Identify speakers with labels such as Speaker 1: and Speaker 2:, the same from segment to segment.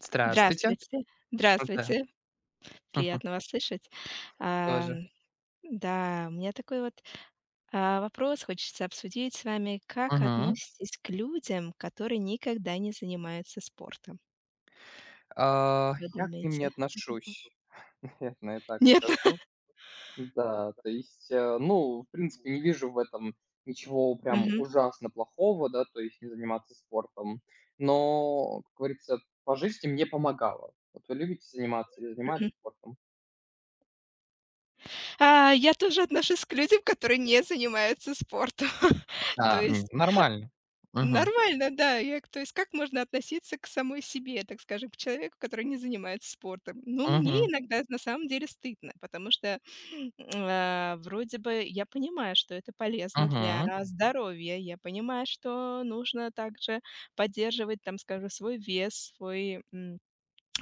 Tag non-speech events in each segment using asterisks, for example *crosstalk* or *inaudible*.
Speaker 1: Здравствуйте.
Speaker 2: Здравствуйте,
Speaker 1: Ну да.
Speaker 2: здравствуйте,
Speaker 1: Мгм.
Speaker 2: приятно вас слышать.
Speaker 1: Тоже.
Speaker 2: Ам, да, у меня такой вот, вопрос хочется обсудить с вами. Как
Speaker 1: Мгм.
Speaker 2: относитесь к людям, которые никогда не занимаются спортом? Вы
Speaker 1: Я к ним не
Speaker 2: думаете, это пл
Speaker 1: отношусь, *laughs* наверное, так
Speaker 2: Нет?
Speaker 1: скажу. Да, то есть, ну, в принципе, не вижу в этом ничего прям
Speaker 2: Мгм,
Speaker 1: ужасно плохого, да, то есть не заниматься спортом. Но, как говорится, по жизни мне помогало. Вот вы любите заниматься или занимались
Speaker 2: мгм.
Speaker 1: спортом?
Speaker 2: Я тоже отношусь к людям, которые не занимаются спортом. *laughs* То
Speaker 1: Да,
Speaker 2: есть
Speaker 1: нормально. Мгм.
Speaker 2: Нормально, да. Я к То есть как можно относиться к самой себе, так скажем, к человеку, который не занимается спортом? Ну, мне
Speaker 1: Мгм.
Speaker 2: иногда на самом деле стыдно, потому что, *sniffs* вроде бы я понимаю, что это полезно для
Speaker 1: Мгм.
Speaker 2: здоровья, я понимаю, что нужно также поддерживать, там, скажем, свой вес, свой, м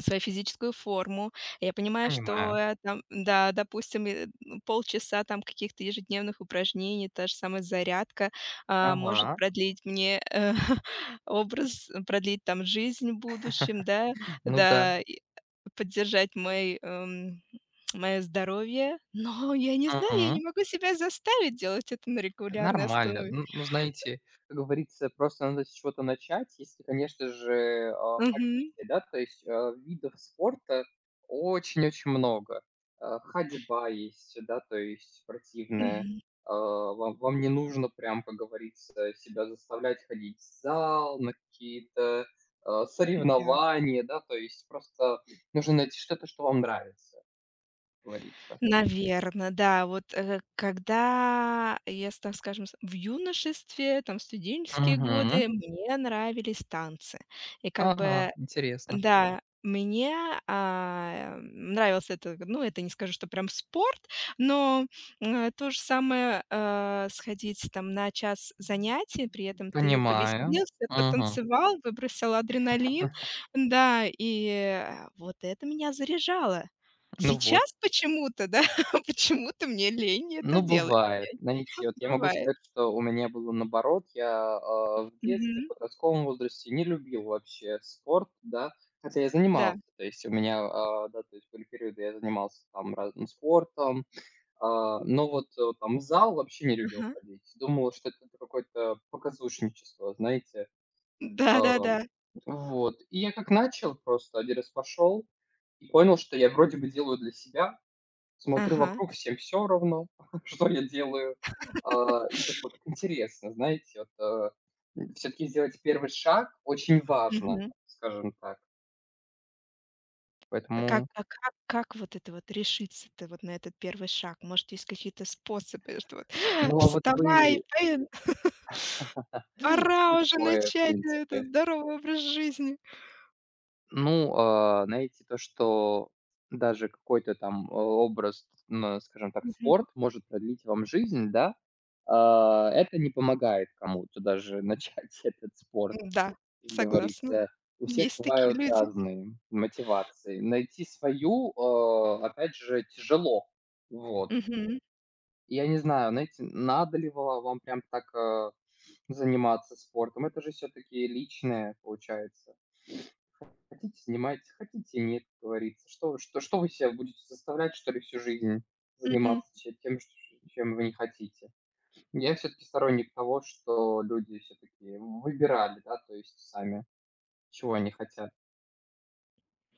Speaker 2: свою физическую форму. Я понимаю, что
Speaker 1: Понимаю.
Speaker 2: там, да, допустим, ну, полчаса там каких-то ежедневных упражнений, та же самая зарядка может
Speaker 1: Ага.
Speaker 2: продлить мне *laughs* продлить там жизнь в будущем, да,
Speaker 1: Ну да.
Speaker 2: да, и поддержать мой мое здоровье, *laughs* но я не знаю, я не
Speaker 1: Мгм.
Speaker 2: могу себя заставить делать это на регулярной
Speaker 1: Нормально.
Speaker 2: основе.
Speaker 1: Н Ну, знаете, как говорится, просто надо с чего-то начать, если, конечно же,
Speaker 2: Мгм.
Speaker 1: хотите, да. То есть, видов спорта очень-очень много. Ходьба есть, да, то есть спортивная.
Speaker 2: Мгм.
Speaker 1: Вам не нужно прям, как говорится, себя заставлять ходить в зал, на какие-то,
Speaker 2: Да.
Speaker 1: соревнования, да. То есть просто нужно найти что-то, что вам нравится, как говорится.
Speaker 2: Наверно, да. Вот, когда я, с так скажем, с в юношестве, там, студенческие
Speaker 1: Мгм.
Speaker 2: годы мне нравились танцы. И как
Speaker 1: Ага,
Speaker 2: бы
Speaker 1: интересно.
Speaker 2: да, мне, нравился это, ну, это не скажу, что прям спорт, но, то же самое, сходить там на час занятий, при этом ты
Speaker 1: Понимаю.
Speaker 2: повеселился,
Speaker 1: Мгм.
Speaker 2: потанцевал, выбросил адреналин. Да, и, вот это меня заряжало.
Speaker 1: Ну вот.
Speaker 2: Сейчас почему-то, да, *laughs* почему-то мне лень это
Speaker 1: Ну,
Speaker 2: делать. Я
Speaker 1: бывает. Знаете, вот я могу
Speaker 2: бывает.
Speaker 1: сказать, что у меня было наоборот. Я, в детстве, в
Speaker 2: Мгм.
Speaker 1: подростковом возрасте не любил вообще спорт, да. Хотя я
Speaker 2: Да.
Speaker 1: занимался, то есть у меня, да, то есть были периоды, я занимался там разным спортом, но вот, там в зал вообще не любил
Speaker 2: Ага.
Speaker 1: ходить. Думал, что это какое-то показушничество, знаете. А,
Speaker 2: Да-да-да.
Speaker 1: вот. И я как начал, просто один раз пошел и понял, что я вроде бы делаю для себя. Смотрю
Speaker 2: Ага.
Speaker 1: вокруг, всем все равно, *laughs* что я делаю. И так вот интересно, знаете, вот, все таки сделать первый шаг очень важно,
Speaker 2: Мгм.
Speaker 1: скажем так.
Speaker 2: Как
Speaker 1: Поэтому,
Speaker 2: а как вот это вот решиться-то вот на этот первый шаг? Может, есть какие-то способы, что вот: *gasps* *laughs*
Speaker 1: ну, а вот
Speaker 2: «Вставай,
Speaker 1: вы
Speaker 2: блин,
Speaker 1: *gasps* *laughs* и
Speaker 2: пора уже
Speaker 1: такое, в
Speaker 2: начать этот
Speaker 1: принципе.
Speaker 2: здоровый образ жизни».
Speaker 1: Ну, знаете, то, что даже какой-то там, образ, ну, скажем так,
Speaker 2: Мгм.
Speaker 1: спорт может продлить вам жизнь, да, это не помогает кому-то даже *laughs* начать этот спорт.
Speaker 2: Да,
Speaker 1: Как
Speaker 2: согласна.
Speaker 1: говорится, у всех
Speaker 2: Есть такие
Speaker 1: бывают
Speaker 2: люди.
Speaker 1: разные мотивации. Найти свою, опять же, тяжело. Вот.
Speaker 2: Мгм.
Speaker 1: Я не знаю, знаете, надо ли ва вам прям так, заниматься спортом. Это же все таки личное получается. Хотите- занимайтесь, хотите- нет, как говорится. Что вы себя будете заставлять, что ли, всю жизнь
Speaker 2: Мгм.
Speaker 1: заниматься че тем, ш чем вы не хотите? Я все таки сторонник того, что люди все таки выбирали, да, то есть сами, чего они хотят.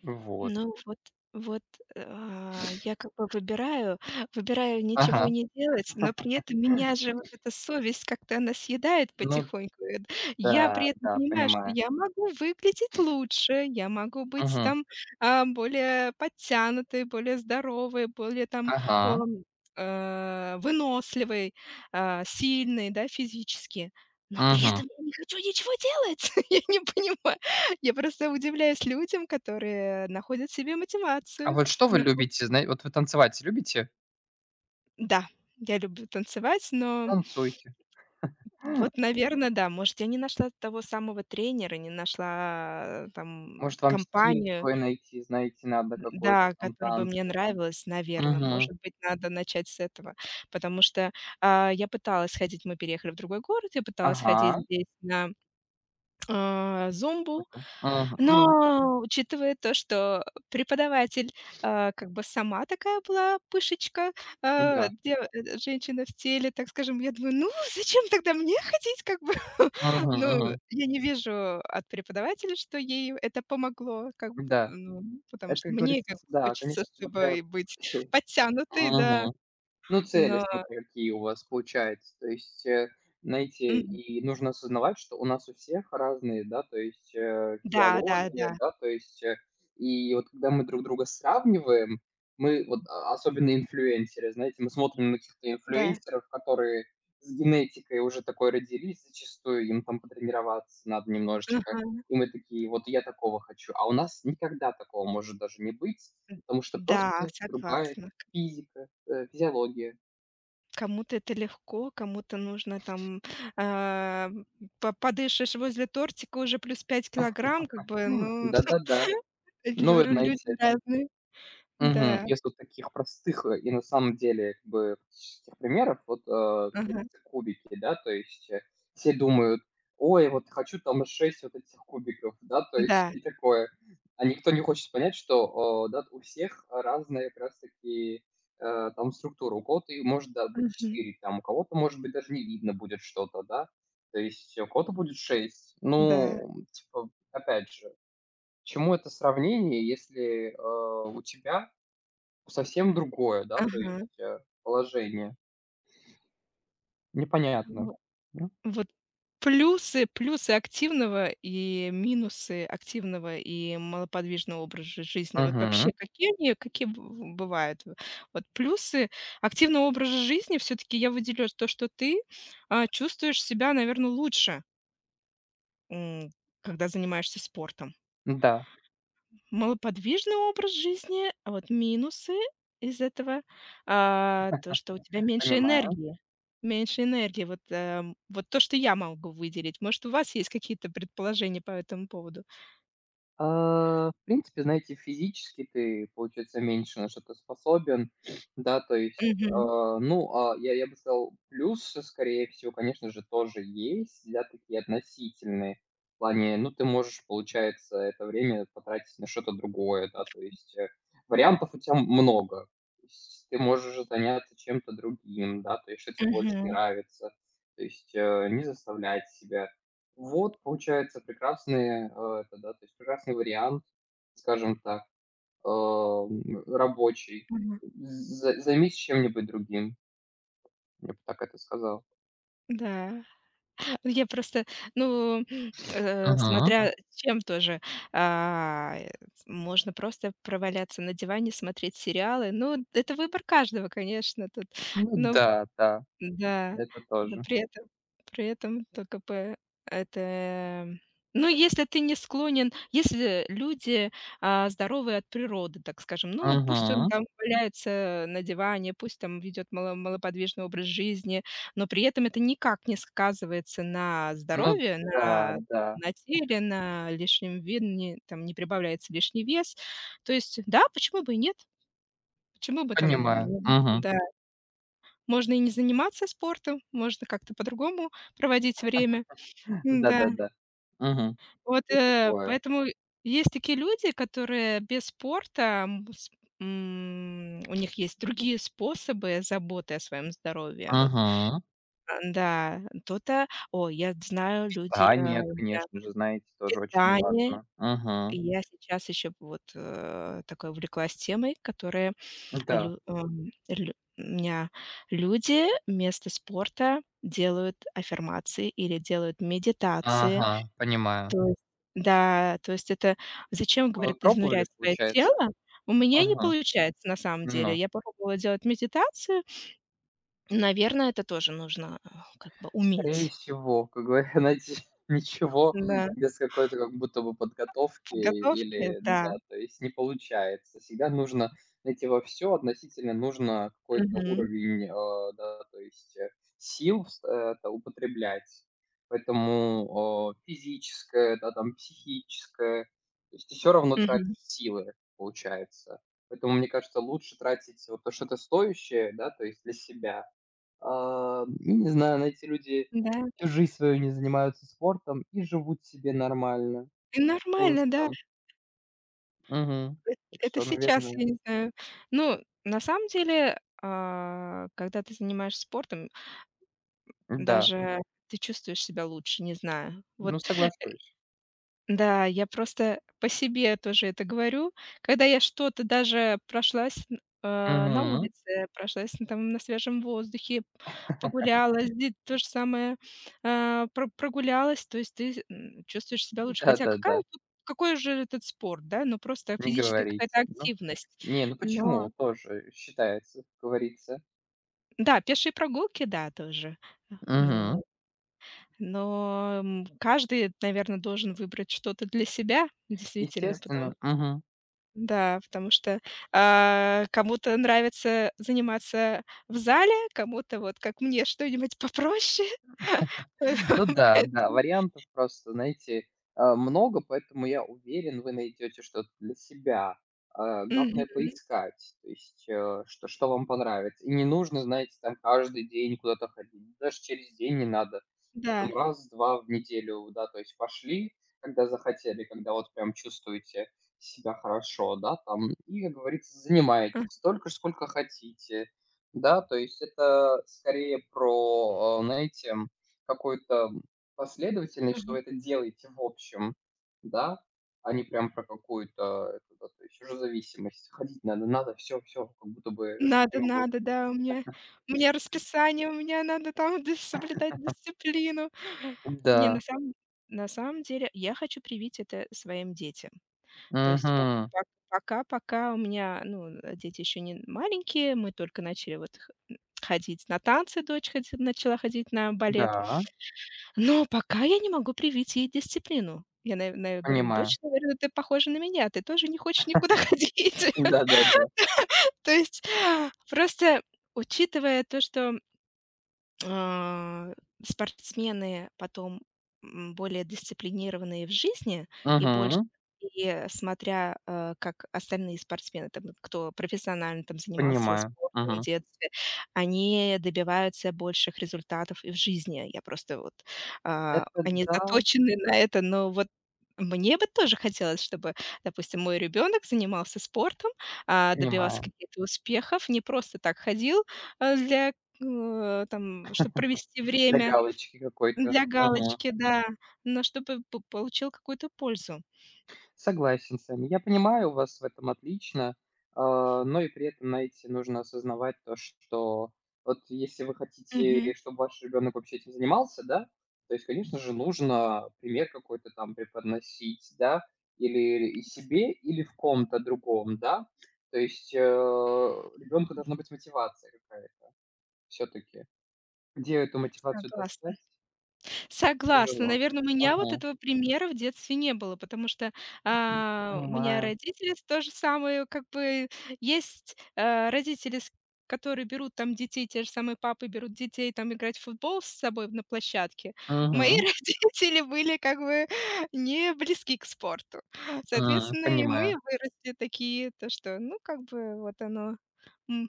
Speaker 1: Вот.
Speaker 2: Ну вот вот, я как бы выбираю *laughs* выбираю ничего
Speaker 1: Ага.
Speaker 2: не делать, но при этом меня
Speaker 1: *laughs*
Speaker 2: же вот эта совесть как-то она съедает
Speaker 1: Ну
Speaker 2: потихоньку. Эт Я
Speaker 1: да,
Speaker 2: при этом
Speaker 1: да,
Speaker 2: понимаю, что
Speaker 1: понимаю.
Speaker 2: я могу выглядеть лучше, я могу быть
Speaker 1: Мгм.
Speaker 2: там, более подтянутой, более здоровой, более там,
Speaker 1: Ага.
Speaker 2: ом, выносливой, сильной, да, физически, но при
Speaker 1: Мгм.
Speaker 2: этом я не хочу ничего делать. *laughs* Я не понимаю. Я просто удивляюсь людям, которые находят в себе
Speaker 1: А
Speaker 2: мотивацию.
Speaker 1: вот что вы
Speaker 2: Нахо
Speaker 1: любите? Знаете? Вот вы танцевать любите?
Speaker 2: Да, я люблю танцевать, но
Speaker 1: Танцуйте.
Speaker 2: вот, наверное, да, может, я не нашла того самого тренера, не нашла, там,
Speaker 1: Может, вам стиль
Speaker 2: компанию,
Speaker 1: свой найти, знаете, надо какой-то
Speaker 2: да,
Speaker 1: там
Speaker 2: которая бы
Speaker 1: танца.
Speaker 2: мне нравилась, наверное.
Speaker 1: Мгм.
Speaker 2: Может быть, надо начать с этого, потому что, я пыталась ходить, мы переехали в другой город, я пыталась ходить
Speaker 1: Ага.
Speaker 2: здесь на зумбу.
Speaker 1: Какой-то.
Speaker 2: Но,
Speaker 1: Мгм.
Speaker 2: учитывая то, что преподаватель, как бы сама такая была пышечка,
Speaker 1: Ну да.
Speaker 2: женщина в теле, так скажем, я думаю: «Ну, зачем тогда мне ходить?» Как бы, *laughs*
Speaker 1: Мгм,
Speaker 2: ну,
Speaker 1: мгм.
Speaker 2: я не вижу от преподавателя, что ей это помогло, как б
Speaker 1: Да.
Speaker 2: ну, потому
Speaker 1: Это,
Speaker 2: что
Speaker 1: как
Speaker 2: мне
Speaker 1: говорится,
Speaker 2: как бы
Speaker 1: да,
Speaker 2: хочется,
Speaker 1: конечно, смотря.
Speaker 2: чтобы и быть
Speaker 1: *laughs*
Speaker 2: подтянутой, да,
Speaker 1: Мгм. Ну, цели,
Speaker 2: но
Speaker 1: смотря какие у вас получаются. То есть, знаете,
Speaker 2: Мгм.
Speaker 1: и нужно осознавать, что у нас у всех разные, да, то есть,
Speaker 2: Да-да-да,
Speaker 1: физиология,
Speaker 2: да.
Speaker 1: да, то есть, и вот когда мы друг друга сравниваем, мы вот, особенно инфлюенсеры, знаете, мы смотрим на каких-то
Speaker 2: Да, да,
Speaker 1: инфлюенсеров, которые с генетикой уже такой родились, зачастую им там потренироваться надо немножечко.
Speaker 2: ага,
Speaker 1: И мы такие: "Вот я такого хочу". А у нас никогда такого может даже не быть, потому что
Speaker 2: да,
Speaker 1: просто другая
Speaker 2: согласна.
Speaker 1: физика, физиология.
Speaker 2: Кому-то это легко, кому-то нужно там, а, по подышишь возле тортика, уже плюс 5 килограмм, как бы, ну, *laughs*
Speaker 1: Да-да-да.
Speaker 2: лю
Speaker 1: Ну, и
Speaker 2: ру
Speaker 1: мгм,
Speaker 2: люди
Speaker 1: знаете,
Speaker 2: разные.
Speaker 1: мгм.
Speaker 2: Да,
Speaker 1: Если вот таких простых, и на самом деле, как бы, практических примеров, вот,
Speaker 2: ага,
Speaker 1: говорится, кубики, да, то есть, все думают: "Ой, вот хочу там 6 вот этих кубиков", да, то есть *laughs*
Speaker 2: да,
Speaker 1: и такое. А никто не хочет понять, что, да, у всех разная как раз таки, там структура. У кого-то и может, да, быть
Speaker 2: мгм,
Speaker 1: 4 там, у кого-то, может быть, даже не видно будет что-то, да, то есть у кого-то будет шесть.
Speaker 2: да,
Speaker 1: Ну, типа, опять же, к чему это сравнение, если, у тебя совсем другое, да, то
Speaker 2: ага.
Speaker 1: есть, положение. Непонятно.
Speaker 2: Вот. Вот плюсы активного и минусы активного и малоподвижного образа жизни. Вот
Speaker 1: Мгм.
Speaker 2: вообще какие они, какие б бывают? Вот плюсы активного образа жизни все таки я выделю то, что ты, чувствуешь себя, наверное, лучше, м, когда занимаешься спортом.
Speaker 1: Да,
Speaker 2: Малоподвижный образ жизни, а вот минусы из этого, то, что у тебя меньше
Speaker 1: понимаю.
Speaker 2: энергии. Меньше энергии. Вот, вот то, что я могу выделить. Может, у вас есть какие-то предположения по этому поводу?
Speaker 1: В принципе, знаете, физически ты, получается, меньше на что-то способен, *sniffs* да, то есть,
Speaker 2: Мгм.
Speaker 1: ну, я бы сказал, плюсы, скорее всего, конечно же, тоже есть, да, такие относительные. В плане, ну, ты можешь, получается, это время потратить на что-то другое, да, то есть вариантов у тебя много. То есть ты можешь заняться чем-то другим, да, то есть что тебе больше
Speaker 2: Мгм.
Speaker 1: нравится, то есть не заставлять себя. Вот, получается, прекрасный, это, да, то есть прекрасный вариант, скажем так, рабочий.
Speaker 2: Мгм.
Speaker 1: За Займись чем-нибудь другим, я бы так это сказал.
Speaker 2: Да. Я просто, ну,
Speaker 1: Мгм.
Speaker 2: смотря чем тоже. А, э, Можно просто проваляться на диване, смотреть сериалы. Ну, это выбор каждого, конечно, тут.
Speaker 1: Ну
Speaker 2: Но
Speaker 1: да, да.
Speaker 2: да,
Speaker 1: Это
Speaker 2: но
Speaker 1: тоже.
Speaker 2: при этом это ну, если ты не склонен если люди, здоровые от природы, так скажем, ну, пусть он
Speaker 1: Мгм.
Speaker 2: там валяется на диване, пусть там ведет мало малоподвижный образ жизни, но при этом это никак не сказывается на
Speaker 1: Ну,
Speaker 2: здоровье,
Speaker 1: да,
Speaker 2: на
Speaker 1: да.
Speaker 2: на теле, на лишнем вид там не прибавляется лишний вес. То есть, да, почему бы и нет? Почему бы там,
Speaker 1: Понимаю.
Speaker 2: н
Speaker 1: Мгм.
Speaker 2: да. Можно и не заниматься спортом, можно как-то по-другому проводить время.
Speaker 1: *laughs*
Speaker 2: Да
Speaker 1: Да-да-да. Мгм.
Speaker 2: вот,
Speaker 1: И такое.
Speaker 2: поэтому есть такие люди, которые без спорта, у них есть другие способы заботы о своем здоровье, вот.
Speaker 1: Мгм.
Speaker 2: А, да, кто-то. О, я знаю, люди,
Speaker 1: Да,
Speaker 2: э,
Speaker 1: нет,
Speaker 2: я
Speaker 1: конечно же, знаете, тоже очень
Speaker 2: питание.
Speaker 1: важно. Мгм.
Speaker 2: Я сейчас еще вот, такой увлеклась темой, которая
Speaker 1: Да.
Speaker 2: Лю лю меня люди вместо спорта делают аффирмации или делают медитации.
Speaker 1: Ага, понимаю.
Speaker 2: То есть да, то есть это зачем,
Speaker 1: Вы
Speaker 2: говорит,
Speaker 1: пробовали,
Speaker 2: изнурять свое
Speaker 1: получается?
Speaker 2: тело? У меня не
Speaker 1: Мгм.
Speaker 2: получается на самом деле.
Speaker 1: Ну,
Speaker 2: Я попробовала делать медитацию. Наверное, это тоже нужно, как бы
Speaker 1: скорее
Speaker 2: уметь.
Speaker 1: всего, как говоря, *laughs* найти ничего
Speaker 2: Да,
Speaker 1: без какой-то как будто бы подготовки
Speaker 2: подготовки,
Speaker 1: или да,
Speaker 2: да.
Speaker 1: то есть не получается. Всегда нужно, найти во все относительно нужно какой-то
Speaker 2: Мгм,
Speaker 1: уровень, да, то есть, сил вс это употреблять. Поэтому, физическое, да, там, психическое, то есть ты всё равно тратишь
Speaker 2: мгм.
Speaker 1: силы, получается. Поэтому, мне кажется, лучше тратить вот то, что это стоящее, да, то есть для себя. Я не знаю, но эти люди
Speaker 2: Да.
Speaker 1: всю жизнь свою не занимаются спортом и живут себе нормально.
Speaker 2: И
Speaker 1: Потому
Speaker 2: нормально, да.
Speaker 1: что мгм.
Speaker 2: Эт
Speaker 1: Так
Speaker 2: Это
Speaker 1: что,
Speaker 2: сейчас,
Speaker 1: наверное,
Speaker 2: я не знаю. Ну, на самом деле, когда ты занимаешься спортом,
Speaker 1: да.
Speaker 2: даже ты чувствуешь себя лучше, не знаю. Вот,
Speaker 1: Ну, соглашусь.
Speaker 2: да, я просто по себе тоже это говорю. Когда я что-то даже прошлась, на
Speaker 1: Мгм.
Speaker 2: улице, прошлась н там на свежем воздухе,
Speaker 1: *laughs*
Speaker 2: погуляла, здесь то же самое, прогулялась, то есть ты, чувствуешь себя лучше. Хотя какая
Speaker 1: Да-да-да,
Speaker 2: тут какой же этот спорт, да? Ну, просто
Speaker 1: не
Speaker 2: физическая
Speaker 1: говорить.
Speaker 2: какая-то
Speaker 1: Ну,
Speaker 2: активность,
Speaker 1: не, ну
Speaker 2: но
Speaker 1: почему? Тоже считается, как говорится.
Speaker 2: Да, пешие прогулки, да, тоже. А,
Speaker 1: Мгм.
Speaker 2: но, каждый, наверное, должен выбрать что-то для себя, действительно, потому
Speaker 1: Естественно. Мгм.
Speaker 2: да, потому что, кому-то нравится заниматься в зале, кому-то, вот как мне, что-нибудь попроще. *laughs* Поэтому
Speaker 1: Ну да, да,
Speaker 2: поэтому
Speaker 1: вариантов просто, знаете, много, поэтому я уверен, вы найдете что-то для себя. Главное
Speaker 2: Мгм.
Speaker 1: поискать, то есть, что вам понравится. И не нужно, знаете, там каждый день куда-то ходить, даже через день не надо.
Speaker 2: Да.
Speaker 1: Там раз-два в неделю, да, то есть пошли, когда захотели, когда вот прям чувствуете себя хорошо, да, там, и, как говорится,
Speaker 2: А,
Speaker 1: занимаетесь столько, сколько хотите, да, то есть это скорее про, знаете, какую-то последовательность,
Speaker 2: ага.
Speaker 1: что вы это делаете в общем, да, а не прям про какую-то эту, да, то есть уже зависимость. Ходить надо, надо, все, все, как будто бы жить
Speaker 2: Надо,
Speaker 1: не могу.
Speaker 2: надо, да, у меня расписание, у меня надо там *laughs* дис соблюдать дисциплину. Не,
Speaker 1: Да,
Speaker 2: на самом деле я хочу привить это своим детям. То есть пок
Speaker 1: мгм,
Speaker 2: пок пока пока у меня, ну, дети еще не маленькие, мы только начали вот х ходить на танцы, дочь ходи начала ходить на балет,
Speaker 1: да,
Speaker 2: но пока я не могу привить ей дисциплину. Я, наверное, говорю: «Ну,
Speaker 1: понимаю.
Speaker 2: "Дочь, наверное, ты похожа на меня, ты тоже не хочешь никуда *laughs* ходить"».
Speaker 1: Да-да-да,
Speaker 2: *laughs* То есть просто учитывая то, что а, спортсмены потом, более дисциплинированные в жизни и больше
Speaker 1: мгм,
Speaker 2: и смотря, как остальные спортсмены, там, кто профессионально там занимался
Speaker 1: понимаю,
Speaker 2: спортом в
Speaker 1: мгм.
Speaker 2: детстве, они добиваются больших результатов и в жизни. Я просто вот,
Speaker 1: Это
Speaker 2: они
Speaker 1: да,
Speaker 2: заточены на это, но вот мне бы тоже хотелось, чтобы, допустим, мой ребенок занимался спортом, добивался
Speaker 1: понимаю.
Speaker 2: каких-то успехов, не просто так ходил, а, для там, чтобы провести
Speaker 1: Для
Speaker 2: время
Speaker 1: галочки какой-то,
Speaker 2: для
Speaker 1: мгм.
Speaker 2: галочки, да, но чтобы п получил какую-то пользу.
Speaker 1: Согласен с вами. Я понимаю вас в этом отлично, но и при этом, знаете, нужно осознавать то, что вот если вы
Speaker 2: Мгм.
Speaker 1: хотите, чтобы ваш ребенок вообще этим занимался, да, то есть, конечно же, нужно пример какой-то там преподносить, да, или и себе, или в ком-то другом, да. То есть ребенку должна быть мотивация какая-то все-таки. Где эту мотивацию
Speaker 2: Согласна.
Speaker 1: достать,
Speaker 2: Согласна,
Speaker 1: тяжело.
Speaker 2: наверное, у меня вот
Speaker 1: Мгм.
Speaker 2: этого примера в детстве не было, потому что, у меня
Speaker 1: Понимаю.
Speaker 2: родители с то же самое, как бы есть, родители, с которые берут там детей, те же самые папы берут детей там играть в футбол с собой на площадке. Мои
Speaker 1: Мгм.
Speaker 2: *laughs* родители были как бы не близки к спорту. Соответственно, и мы
Speaker 1: Понимаю.
Speaker 2: выросли такие, то что, ну, как бы вот оно, м,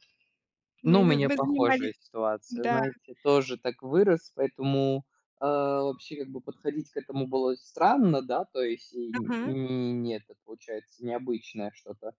Speaker 1: Ну, у
Speaker 2: мы
Speaker 1: меня
Speaker 2: мы занимались.
Speaker 1: похожая ситуация,
Speaker 2: Да,
Speaker 1: знаете, тоже так вырос, поэтому, вообще как бы подходить к этому было странно, да, то есть и
Speaker 2: ага,
Speaker 1: н не это, получается, необычное что-то.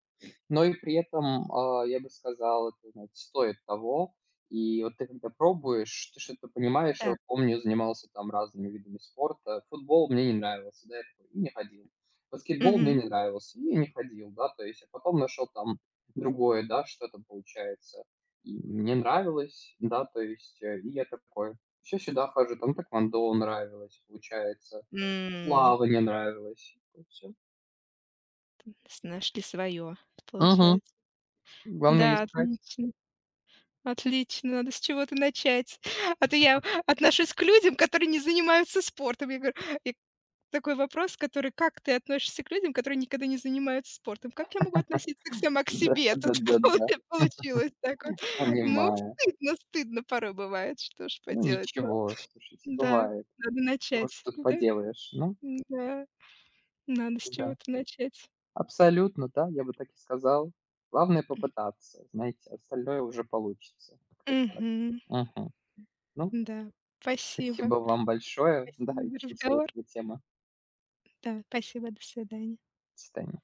Speaker 1: Но и при этом, я бы сказал, это, знаете, стоит того. И вот ты когда пробуешь, ты что-то понимаешь. Я
Speaker 2: да.
Speaker 1: вот помню, занимался там разными видами спорта. Футбол мне не нравился, да, я такой и не ходил. Баскетбол мне
Speaker 2: Мгм.
Speaker 1: не нравился, и не ходил, да. То есть, а потом нашел там другое, да, что-то получается. И мне нравилось, да, то есть, и я такой: все сюда хожу". Там тэквондо нравилось, получается,
Speaker 2: М.
Speaker 1: плавание нравилось. И всё.
Speaker 2: С Нашли свое получается.
Speaker 1: Главное
Speaker 2: Да,
Speaker 1: искать.
Speaker 2: отлично, отлично, надо с чего-то начать. *laughs* А то я отношусь к людям, которые не занимаются спортом. Я говорю: «А, и такой вопрос, который: "Как ты относишься к людям, которые никогда не занимаются спортом?"» Как я могу относиться к сама к
Speaker 1: Да,
Speaker 2: себе? Тут *laughs* полу
Speaker 1: да-да-да.
Speaker 2: получилось так вот. Ну,
Speaker 1: Понимаю.
Speaker 2: стыдно, стыдно порой бывает, что ж
Speaker 1: Ну,
Speaker 2: поделать, но
Speaker 1: ничего, слушайте,
Speaker 2: да,
Speaker 1: бывает.
Speaker 2: надо
Speaker 1: Что уж
Speaker 2: начать,
Speaker 1: тут
Speaker 2: да,
Speaker 1: поделаешь. Ну
Speaker 2: да надо с
Speaker 1: да,
Speaker 2: чего-то начать.
Speaker 1: абсолютно, да, я бы так и сказал. Главное попытаться, знаете, остальное уже получится. Как-то так.
Speaker 2: Мгм,
Speaker 1: Мгм. Ну,
Speaker 2: да, спасибо.
Speaker 1: спасибо вам большое. Да,
Speaker 2: Спасибо за
Speaker 1: очень
Speaker 2: разговор.
Speaker 1: интересная тема.
Speaker 2: Да, спасибо, до свидания.
Speaker 1: До свидания.